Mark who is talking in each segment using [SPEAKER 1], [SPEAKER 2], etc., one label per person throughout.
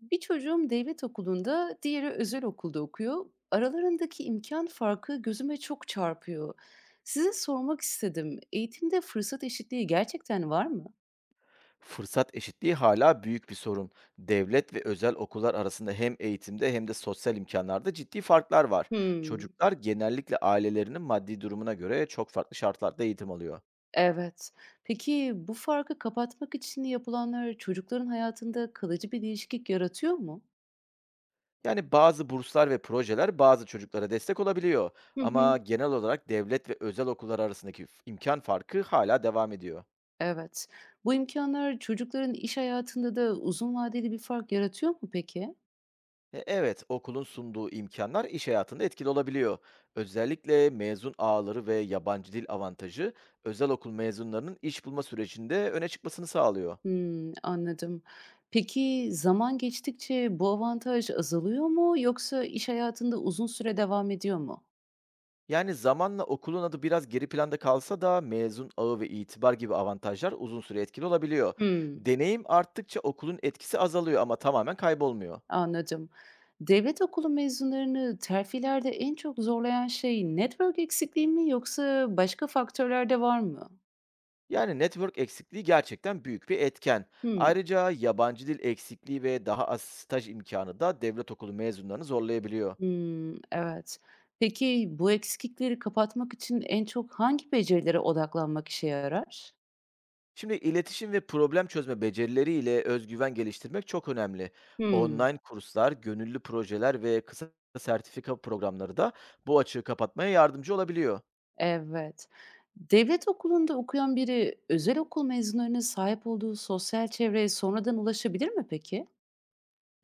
[SPEAKER 1] Bir çocuğum devlet okulunda, diğeri özel okulda okuyor. Aralarındaki imkan farkı gözüme çok çarpıyor. Size sormak istedim. Eğitimde fırsat eşitliği gerçekten var mı?
[SPEAKER 2] Fırsat eşitliği hala büyük bir sorun. Devlet ve özel okullar arasında hem eğitimde hem de sosyal imkanlarda ciddi farklar var.
[SPEAKER 1] Hmm,
[SPEAKER 2] Çocuklar genellikle ailelerinin maddi durumuna göre çok farklı şartlarda eğitim alıyor.
[SPEAKER 1] evet. Peki bu farkı kapatmak için yapılanlar çocukların hayatında kalıcı bir değişiklik yaratıyor mu?
[SPEAKER 2] Yani bazı burslar ve projeler bazı çocuklara destek olabiliyor,
[SPEAKER 1] Hı
[SPEAKER 2] ama
[SPEAKER 1] hı.
[SPEAKER 2] genel olarak devlet ve özel okullar arasındaki imkan farkı hala devam ediyor.
[SPEAKER 1] Evet. Bu imkanlar çocukların iş hayatında da uzun vadeli bir fark yaratıyor mu peki?
[SPEAKER 2] Evet, okulun sunduğu imkanlar iş hayatında etkili olabiliyor. Özellikle mezun ağları ve yabancı dil avantajı, özel okul mezunlarının iş bulma sürecinde öne çıkmasını sağlıyor.
[SPEAKER 1] Hımm, anladım. Peki, zaman geçtikçe bu avantaj azalıyor mu yoksa iş hayatında uzun süre devam ediyor mu?
[SPEAKER 2] Yani zamanla okulun adı biraz geri planda kalsa da mezun ağı ve itibar gibi avantajlar uzun süre etkili olabiliyor.
[SPEAKER 1] Hımm,
[SPEAKER 2] Deneyim arttıkça okulun etkisi azalıyor, ama tamamen kaybolmuyor.
[SPEAKER 1] anladım. Devlet okulu mezunlarını terfilerde en çok zorlayan şey network eksikliği mi yoksa başka faktörler de var mı?
[SPEAKER 2] Yani network eksikliği gerçekten büyük bir etken.
[SPEAKER 1] Hımm.
[SPEAKER 2] Ayrıca yabancı dil eksikliği ve daha az staj imkanı da devlet okulu mezunlarını zorlayabiliyor.
[SPEAKER 1] Hımm, evet. Peki, bu eksiklikleri kapatmak için en çok hangi becerilere odaklanmak işe yarar?
[SPEAKER 2] Şimdi, iletişim ve problem çözme becerileriyle özgüven geliştirmek çok önemli.
[SPEAKER 1] Hımm.
[SPEAKER 2] Online kurslar, gönüllü projeler ve kısa sertifika programları da bu açığı kapatmaya yardımcı olabiliyor.
[SPEAKER 1] Evet. Devlet okulunda okuyan biri özel okul mezunlarının sahip olduğu sosyal çevreye sonradan ulaşabilir mi peki?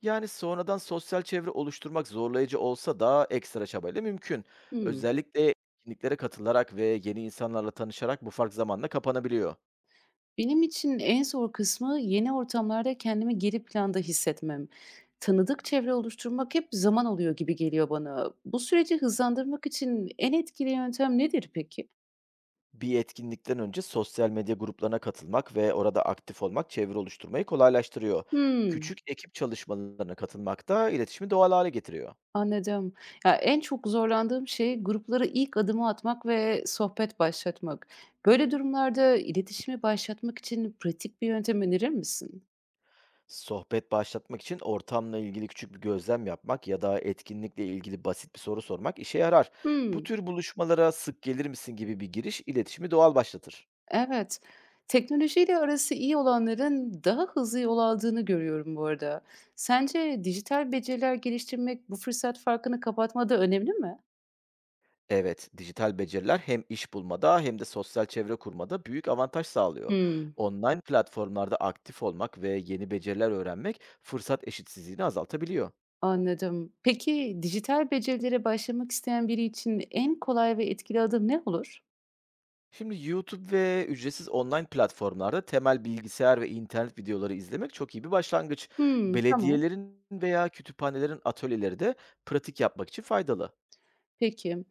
[SPEAKER 2] Yani sonradan sosyal çevre oluşturmak zorlayıcı olsa da ekstra çabayla mümkün.
[SPEAKER 1] Hımm.
[SPEAKER 2] Özellikle etkinliklere katılarak ve yeni insanlarla tanışarak bu fark zamanla kapanabiliyor.
[SPEAKER 1] Benim için en zor kısmı yeni ortamlarda kendimi geri planda hissetmem. Tanıdık çevre oluşturmak hep zaman alıyor gibi geliyor bana. Bu süreci hızlandırmak için en etkili yöntem nedir peki?
[SPEAKER 2] Bir etkinlikten önce sosyal medya gruplarına katılmak ve orada aktif olmak çevre oluşturmayı kolaylaştırıyor.
[SPEAKER 1] Hımm.
[SPEAKER 2] Küçük ekip çalışmalarına katılmak da iletişimi doğal hale getiriyor.
[SPEAKER 1] Anladım. Ya, en çok zorlandığım şey gruplara ilk adımı atmak ve sohbet başlatmak. Böyle durumlarda iletişimi başlatmak için pratik bir yöntem önerir misin?
[SPEAKER 2] Sohbet başlatmak için ortamla ilgili küçük bir gözlem yapmak ya da etkinlikle ilgili basit bir soru sormak işe yarar. "Bu
[SPEAKER 1] Hmm,
[SPEAKER 2] tür buluşmalara sık gelir misin?" gibi bir giriş iletişimi doğal başlatır.
[SPEAKER 1] evet. Teknolojiyle arası iyi olanların daha hızlı yol aldığını görüyorum bu arada. Sence dijital beceriler geliştirmek bu fırsat farkını kapatmada önemli mi?
[SPEAKER 2] Evet, dijital beceriler hem iş bulmada hem de sosyal çevre kurmada büyük avantaj sağlıyor.
[SPEAKER 1] Hmm,
[SPEAKER 2] Online platformlarda aktif olmak ve yeni beceriler öğrenmek fırsat eşitsizliğini azaltabiliyor.
[SPEAKER 1] anladım. Peki dijital becerilere başlamak isteyen biri için en kolay ve etkili adım ne olur?
[SPEAKER 2] Şimdi, YouTube ve ücretsiz online platformlarda temel bilgisayar ve internet videoları izlemek çok iyi bir başlangıç.
[SPEAKER 1] Hmm, tamam.
[SPEAKER 2] Belediyelerin veya kütüphanelerin atölyeleri de pratik yapmak için faydalı.
[SPEAKER 1] Peki.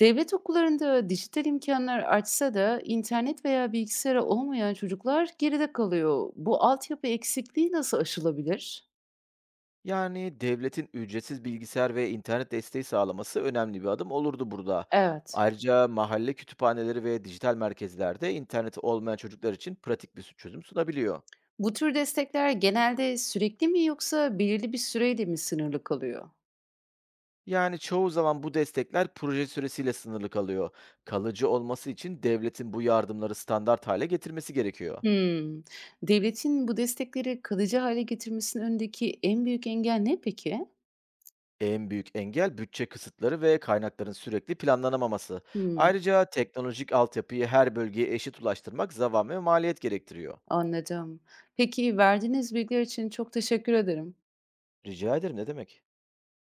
[SPEAKER 1] Devlet okullarında dijital imkanlar artsa da internet veya bilgisayarı olmayan çocuklar geride kalıyor. Bu altyapı eksikliği nasıl aşılabilir?
[SPEAKER 2] Yani devletin ücretsiz bilgisayar ve internet desteği sağlaması önemli bir adım olurdu burada.
[SPEAKER 1] Evet.
[SPEAKER 2] Ayrıca mahalle kütüphaneleri ve dijital merkezlerde internet olmayan çocuklar için pratik bir çözüm sunabiliyor.
[SPEAKER 1] Bu tür destekler genelde sürekli mi yoksa belirli bir süreyle mi sınırlı kalıyor?
[SPEAKER 2] Yani çoğu zaman bu destekler proje süresiyle sınırlı kalıyor. Kalıcı olması için devletin bu yardımları standart hale getirmesi gerekiyor.
[SPEAKER 1] Hmm. Devletin bu destekleri kalıcı hale getirmesinin önündeki en büyük engel ne peki?
[SPEAKER 2] En büyük engel bütçe kısıtları ve kaynakların sürekli planlanamaması.
[SPEAKER 1] Hmm,
[SPEAKER 2] Ayrıca teknolojik altyapıyı her bölgeye eşit ulaştırmak zaman ve maliyet gerektiriyor.
[SPEAKER 1] anladım. Peki verdiğiniz bilgiler için çok teşekkür ederim.
[SPEAKER 2] Rica ederim, ne demek?